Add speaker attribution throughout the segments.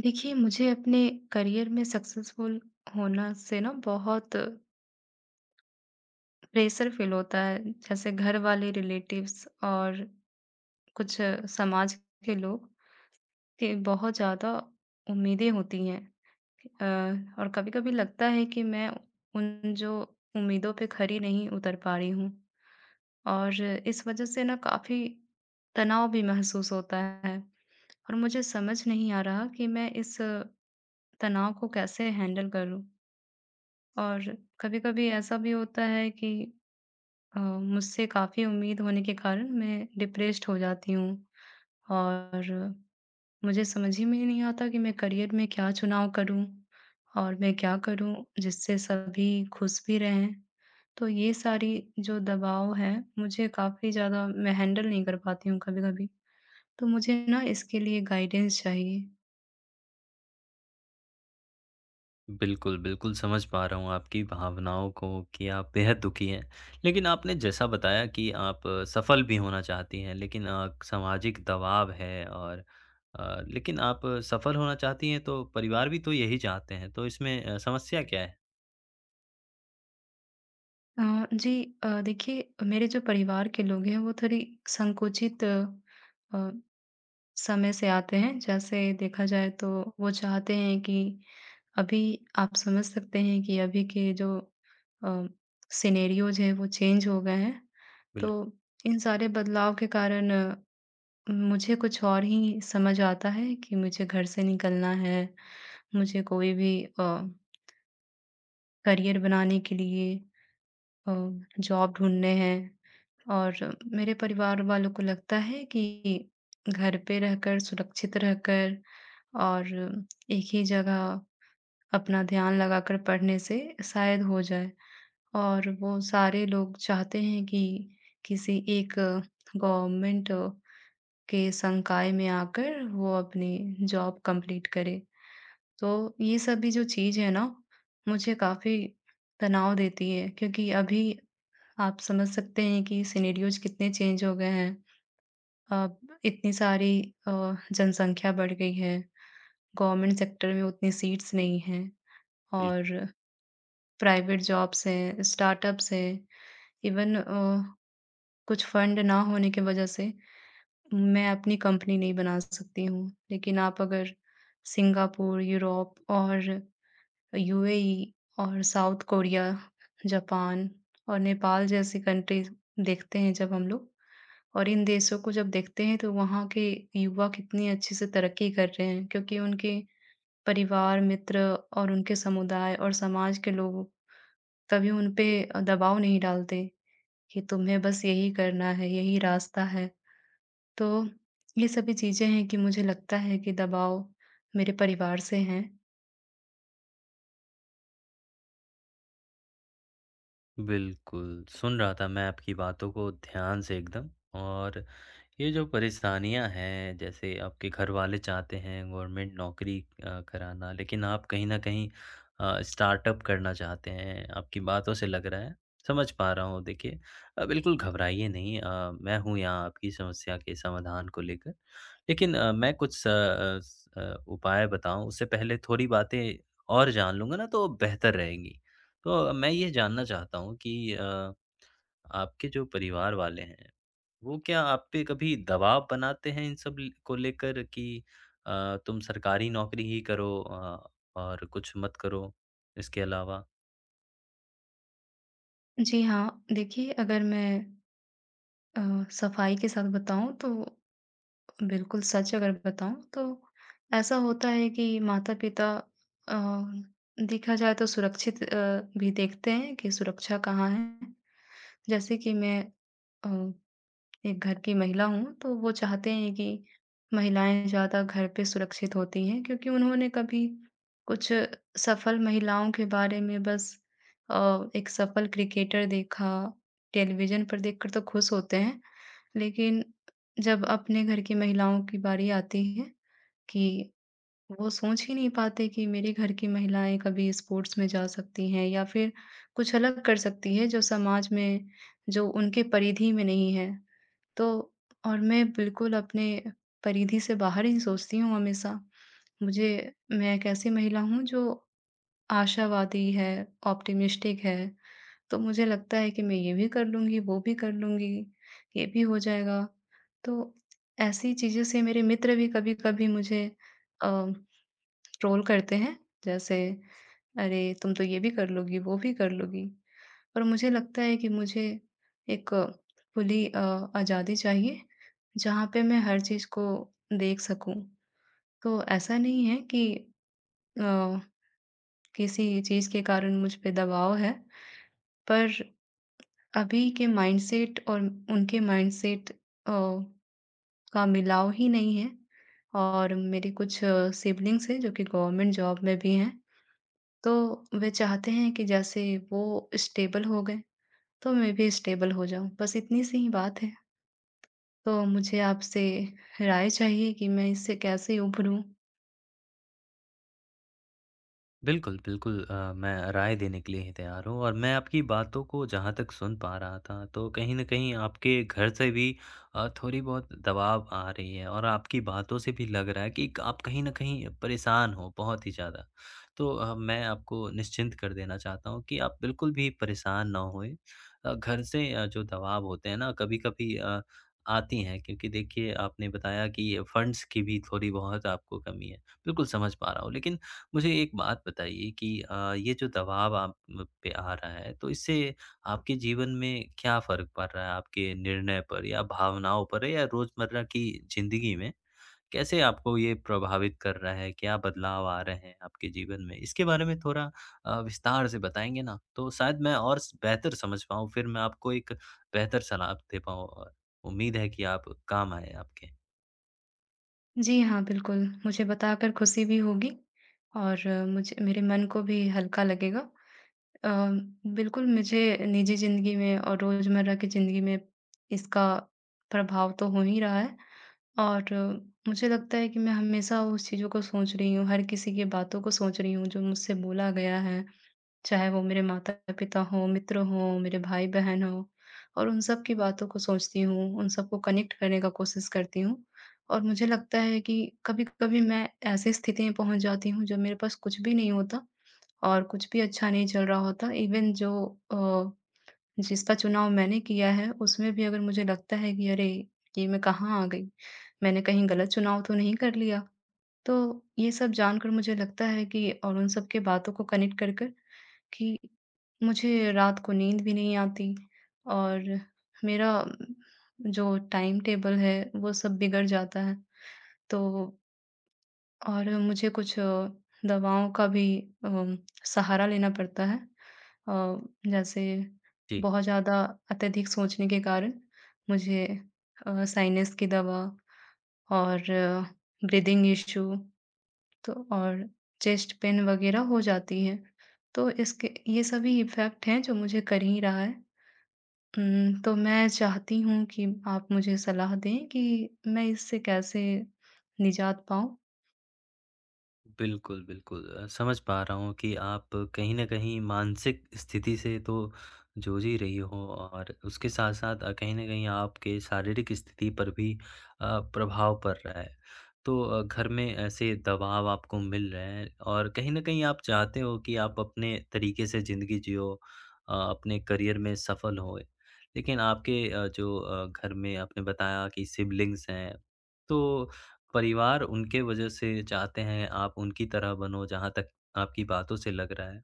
Speaker 1: देखिए, मुझे अपने करियर में सक्सेसफुल होना से ना बहुत प्रेशर फ़ील होता है। जैसे घर वाले, रिलेटिव्स और कुछ समाज के लोग के बहुत ज़्यादा उम्मीदें होती हैं। और कभी-कभी लगता है कि मैं उन जो उम्मीदों पे खरी नहीं उतर पा रही हूँ और इस वज़ह से ना काफ़ी तनाव भी महसूस होता है और मुझे समझ नहीं आ रहा कि मैं इस तनाव को कैसे हैंडल करूँ? और कभी-कभी ऐसा भी होता है कि मुझसे काफ़ी उम्मीद होने के कारण मैं डिप्रेस्ड हो जाती हूँ और मुझे समझ ही में नहीं आता कि मैं करियर में क्या चुनाव करूँ और मैं क्या करूँ जिससे सभी खुश भी रहें। तो ये सारी जो दबाव है मुझे काफ़ी ज़्यादा मैं हैंडल नहीं कर पाती हूँ कभी-कभी। तो मुझे ना इसके लिए गाइडेंस चाहिए।
Speaker 2: बिल्कुल, बिल्कुल समझ पा रहा हूँ आपकी भावनाओं को कि आप बेहद दुखी हैं। लेकिन आपने जैसा बताया कि आप सफल भी होना चाहती हैं लेकिन सामाजिक दबाव है और लेकिन आप सफल होना चाहती हैं तो परिवार भी तो यही चाहते हैं, तो इसमें समस्या क्या है?
Speaker 1: जी। देखिए, मेरे जो परिवार के लोग हैं वो थोड़ी संकुचित अ, समय से आते हैं। जैसे देखा जाए तो वो चाहते हैं कि अभी आप समझ सकते हैं कि अभी के जो अ, सिनेरियोज़ हैं वो चेंज हो गए हैं। तो
Speaker 2: बिल्कुल,
Speaker 1: इन सारे बदलाव के कारण मुझे कुछ और ही समझ आता है कि मुझे घर से निकलना है, मुझे कोई भी करियर बनाने के लिए अ, जॉब ढूँढने हैं और मेरे परिवार वालों को लगता है कि घर पे रहकर, सुरक्षित रहकर और एक ही जगह अपना ध्यान लगाकर पढ़ने से शायद हो जाए और वो सारे लोग चाहते हैं कि किसी एक गवर्नमेंट के संकाय में आकर वो अपनी जॉब कंप्लीट करे। तो ये सभी जो चीज़ है ना, मुझे काफ़ी तनाव देती है क्योंकि अभी आप समझ सकते हैं कि सिनेरियोज़ कितने चेंज हो गए हैं। अब इतनी सारी अ, जनसंख्या बढ़ गई है, गवर्नमेंट सेक्टर में उतनी सीट्स नहीं हैं
Speaker 2: बिल्कुल।
Speaker 1: और प्राइवेट जॉब्स हैं, स्टार्टअप्स हैं, इवन कुछ फंड ना होने की वजह से मैं अपनी कंपनी नहीं बना सकती हूँ। लेकिन आप अगर सिंगापुर, यूरोप और यूएई और साउथ कोरिया, जापान और नेपाल जैसी कंट्रीज़ देखते हैं जब हम लोग, और इन देशों को जब देखते हैं तो वहाँ के युवा कितनी अच्छे से तरक्की कर रहे हैं क्योंकि उनके परिवार, मित्र और उनके समुदाय और समाज के लोग कभी उन पे दबाव नहीं डालते कि तुम्हें बस यही करना है, यही रास्ता है। तो ये सभी चीज़ें हैं कि मुझे लगता है कि दबाव मेरे परिवार से हैं।
Speaker 2: बिल्कुल, सुन रहा था मैं आपकी बातों को ध्यान से एकदम। और ये जो परेशानियाँ हैं, जैसे आपके घरवाले चाहते हैं गवर्नमेंट नौकरी कराना, लेकिन आप कहीं न कहीं स्टार्टअप करना चाहते हैं, आपकी बातों से लग रहा है, समझ पा रहा हूँ देखिए। बिल्कुल घबराइए नहीं। मैं हूँ यहाँ आपकी समस्या के समाधान को लेकर। लेकिन मैं कुछ उपाय बताऊँ, उससे पहले थोड़ी बातें और जान लूँगा ना, तो बेहतर रहेंगी। तो मैं ये जानना चाहता हूँ कि आपके जो परिवार वाले हैं वो क्या आप पे कभी दबाव बनाते हैं इन सब ल को लेकर कि तुम सरकारी नौकरी ही करो और कुछ मत करो इसके अलावा?
Speaker 1: जी हाँ, देखिए अगर मैं अ, सफाई के साथ बताऊँ तो बिल्कुल, सच अगर बताऊँ तो ऐसा होता है कि माता-पिता अ, देखा जाए तो सुरक्षित भी देखते हैं कि सुरक्षा कहाँ है। जैसे कि मैं अ, एक घर की महिला हूँ, तो वो चाहते हैं कि महिलाएँ ज़्यादा घर पे सुरक्षित होती हैं क्योंकि उन्होंने कभी कुछ सफल महिलाओं के बारे में बस एक सफल क्रिकेटर देखा, टेलीविज़न पर देखकर तो खुश होते हैं, लेकिन जब अपने घर की महिलाओं की बारी आती है कि वो सोच ही नहीं पाते कि मेरे घर की महिलाएँ कभी स्पोर्ट्स में जा सकती हैं या फिर कुछ अलग कर सकती है जो समाज में जो उनके परिधि में नहीं है। तो और मैं बिल्कुल अपने परिधि से बाहर ही सोचती हूँ हमेशा। मुझे मैं एक ऐसी महिला हूँ जो आशावादी है, ऑप्टिमिस्टिक है। तो मुझे लगता है कि मैं ये भी कर लूँगी, वो भी कर लूँगी, ये भी हो जाएगा। तो ऐसी चीज़ों से मेरे मित्र भी कभी-कभी मुझे अ, ट्रोल करते हैं, जैसे अरे! तुम तो ये भी कर लोगी, वो भी कर लोगी। पर मुझे लगता है कि मुझे एक खुली आज़ादी चाहिए, जहाँ पे मैं हर चीज़ को देख सकूँ। तो ऐसा नहीं है कि अ, किसी चीज़ के कारण मुझ पे दबाव है, पर अभी के माइंडसेट और उनके माइंडसेट अ, का मिलाव ही नहीं है और मेरे कुछ सिबलिंग्स हैं जो कि गवर्नमेंट जॉब में भी हैं, तो वे चाहते हैं कि जैसे वो स्टेबल हो गए, तो मैं भी स्टेबल हो जाऊँ, बस इतनी सी ही बात है। तो मुझे आपसे राय चाहिए कि मैं इससे कैसे उभरूँ?
Speaker 2: बिल्कुल, बिल्कुल मैं राय देने के लिए ही तैयार हूँ और मैं आपकी बातों को जहाँ तक सुन पा रहा था, तो कहीं न कहीं आपके घर से भी थोड़ी बहुत दबाव आ रही है और आपकी बातों से भी लग रहा है कि आप कहीं न कहीं परेशान हो बहुत ही ज़्यादा। तो मैं आपको निश्चिंत कर देना चाहता हूँ कि आप बिल्कुल भी परेशान ना होएँ। घर से जो दबाव होते हैं ना कभी-कभी आती हैं क्योंकि देखिए आपने बताया कि फंड्स की भी थोड़ी बहुत आपको कमी है। बिल्कुल समझ पा रहा हूँ लेकिन मुझे एक बात बताइए कि ये जो दबाव आप म पे आ रहा है, तो इससे आपके जीवन में क्या फ़र्क पड़ रहा है? आपके निर्णय पर या भावनाओं पर या रोज़मर्रा की ज़िंदगी में कैसे आपको ये प्रभावित कर रहा है? क्या बदलाव आ रहे हैं आपके जीवन में? इसके बारे में थोड़ा विस्तार से बताएँगे ना, तो शायद मैं और स बेहतर समझ पाऊँ, फिर मैं आपको एक बेहतर सलाह दे पाऊँ और उम्मीद है कि आप काम आएँ आपके।
Speaker 1: जी हाँ, बिल्कुल, मुझे बताकर खुशी भी होगी और मुझे मेरे मन को भी हल्का लगेगा। अ, बिल्कुल मुझे निजी ज़िंदगी में और रोज़मर्रा की ज़िंदगी में इसका प्रभाव तो हो ही रहा है और मुझे लगता है कि मैं हमेशा उस चीज़ों को सोच रही हूँ, हर किसी की बातों को सोच रही हूँ जो मुझसे बोला गया है, चाहे वो मेरे माता-पिता हों, मित्र हों, मेरे भाई-बहन हों और उन सब की बातों को सोचती हूँ, उन सबको कनेक्ट करने का कोशिश करती हूँ। और मुझे लगता है कि कभी-कभी मैं ऐसी स्थिति में पहुँच जाती हूँ जब मेरे पास कुछ भी नहीं होता और कुछ भी अच्छा नहीं चल रहा होता। इवन जो अ, जिसका चुनाव मैंने किया है, उसमें भी अगर मुझे लगता है कि अरे! ये मैं कहाँ आ गई? मैंने कहीं गलत चुनाव तो नहीं कर लिया? तो ये सब जानकर मुझे लगता है कि और उन सब के बातों को कनेक्ट कर कर कि मुझे रात को नींद भी नहीं आती और मेरा जो टाइम टेबल है, वो सब बिगड़ जाता है। तो और मुझे कुछ दवाओं का भी अम, सहारा लेना पड़ता है। अ, जैसे
Speaker 2: जी।
Speaker 1: बहुत ज़्यादा अत्यधिक सोचने के कारण मुझे साइनस की दवा और ब्रीदिंग इश्यू तो और चेस्ट पेन वगैरह हो जाती है। तो इसके ये सभी इफ़ेक्ट हैं जो मुझे कर ही रहा है। तो मैं चाहती हूँ कि आप मुझे सलाह दें कि मैं इससे कैसे निजात पाऊँ?
Speaker 2: बिल्कुल, बिल्कुल। समझ पा रहा हूँ कि आप कहीं न कहीं मानसिक स्थिति से तो जूझ ही रही हो और उसके साथ-साथ कहीं न कहीं आपके शारीरिक स्थिति पर भी प्रभाव पड़ रहा है। तो घर में ऐसे दबाव आपको मिल रहे हैं और कहीं न कहीं आप चाहते हो कि आप अपने तरीके से ज़िंदगी जियो अपने करियर में सफल होए। लेकिन आपके जो घर में आपने बताया कि सिब्लिंग्स हैं, तो परिवार उनके वजह से चाहते हैं आप उनकी तरह बनो, जहाँ तक आपकी बातों से लग रहा है।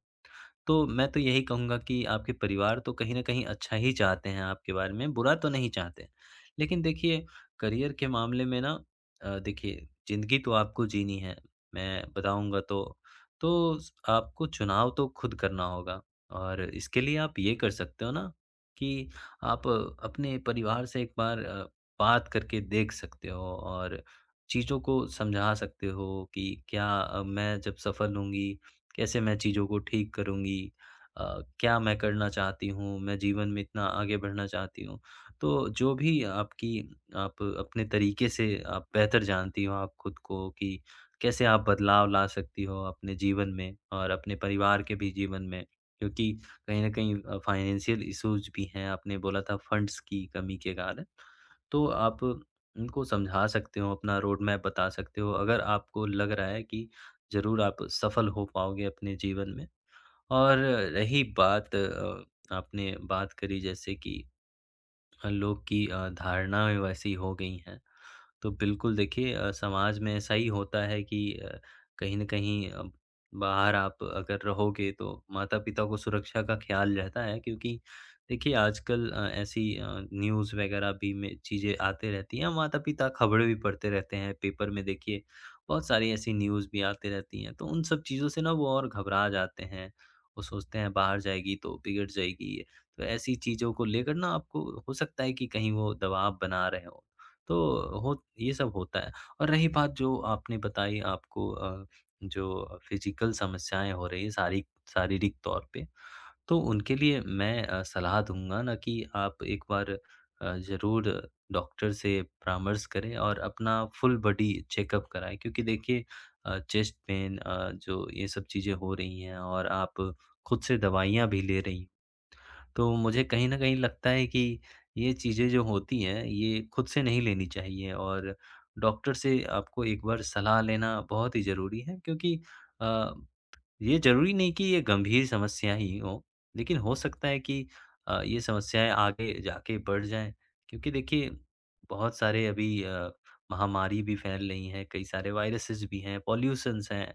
Speaker 2: तो मैं तो यही कहूँगा कि आपके परिवार तो कहीं न कहीं अच्छा ही चाहते हैं आपके बारे में, बुरा तो नहीं चाहते। लेकिन देखिए, करियर के मामले में ना देखिए ज़िंदगी तो आपको जीनी है, मैं बताऊँगा तो। तो स आपको चुनाव तो खुद करना होगा और इसके लिए आप ये कर सकते हो ना कि आप अपने परिवार से एक बार बात करके देख सकते हो और चीज़ों को समझा सकते हो कि क्या मैं जब सफल होंगी कैसे मैं चीज़ों को ठीक करूँगी? अ, क्या मैं करना चाहती हूँ? मैं जीवन में इतना आगे बढ़ना चाहती हूँ। तो जो भी आपकी आप अपने तरीके से आप बेहतर जानती हो आप खुद को कि कैसे आप बदलाव ला सकती हो अपने जीवन में और अपने परिवार के भी जीवन में। क्योंकि कहीं न कहीं फ़ाइनेंशियल इश्यूज़ भी हैं, आपने बोला था फंड्स की कमी के कारण। तो आप उनको समझा सकते हो, अपना रोड मैप बता सकते हो, अगर आपको लग रहा है कि ज़रूर आप सफल हो पाओगे अपने जीवन में। और रही बात आपने बात करी जैसे कि लोग की धारणाएँ वैसी हो गई हैं तो बिल्कुल देखिए समाज में ऐसा ही होता है कि कहीं न कहीं अब बाहर आप अगर रहोगे तो माता-पिता को सुरक्षा का ख़्याल रहता है क्योंकि देखिए आजकल ऐसी न्यूज़ वग़ैरह भी में चीज़ें आते रहती हैं, माता-पिता खबरें भी पढ़ते रहते हैं, पेपर में देखिए बहुत सारी ऐसी न्यूज़ भी आती रहती हैं, तो उन सब चीज़ों से ना वो और घबरा जाते हैं। वो सोचते हैं बाहर जाएगी तो बिगड़ जाएगी, तो ऐसी चीज़ों को लेकर ना आपको हो सकता है कि कहीं वो दबाव बना रहे हों। तो हो ये सब होता है। और रही बात जो आपने बताई आपको जो फिज़िकल समस्याएँ हो रही हैं शारीक शारीरिक तौर पे, तो उनके लिए मैं सलाह दूँगा ना कि आप एक बार ज़रूर डॉक्टर से परामर्श करें और अपना फुल बॉडी चेकअप कराएँ। क्योंकि देखिए चेस्ट पेन जो ये सब चीज़ें हो रही हैं और आप खुद से दवाइयाँ भी ले रही हैं। तो मुझे कहीं न कहीं लगता है कि ये चीज़ें जो होती हैं, ये खुद से नहीं लेनी चाहिए और डॉक्टर से आपको एक बार सलाह लेना बहुत ही ज़रूरी है क्योंकि अ ये ज़रूरी नहीं कि ये गंभीर समस्या ही हो, लेकिन हो सकता है कि ये समस्याएँ आगे जाके बढ़ जाएँ। क्योंकि देखिए, बहुत सारे अभी महामारी भी फैल रही हैं, कई सारे वायरसेस भी हैं, पॉल्यूशंस हैं।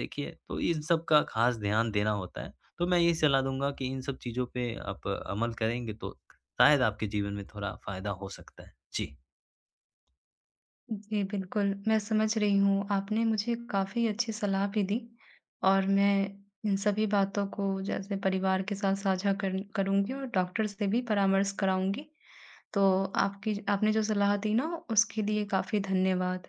Speaker 2: देखिए, तो इन सब का ख़ास ध्यान देना होता है। तो मैं यही सलाह दूँगा कि इन सब चीज़ों पे आप अमल करेंगे तो शायद आपके जीवन में थोड़ा फ़ायदा हो सकता है। जी।
Speaker 1: जी, बिल्कुल, मैं समझ रही हूँ। आपने मुझे काफ़ी अच्छी सलाह भी दी और मैं इन सभी बातों को जैसे परिवार के साथ साझा कर करूँगी और डॉक्टर से भी परामर्श कराऊँगी। तो आपकी आपने जो सलाह दी ना, उसके लिए काफ़ी धन्यवाद।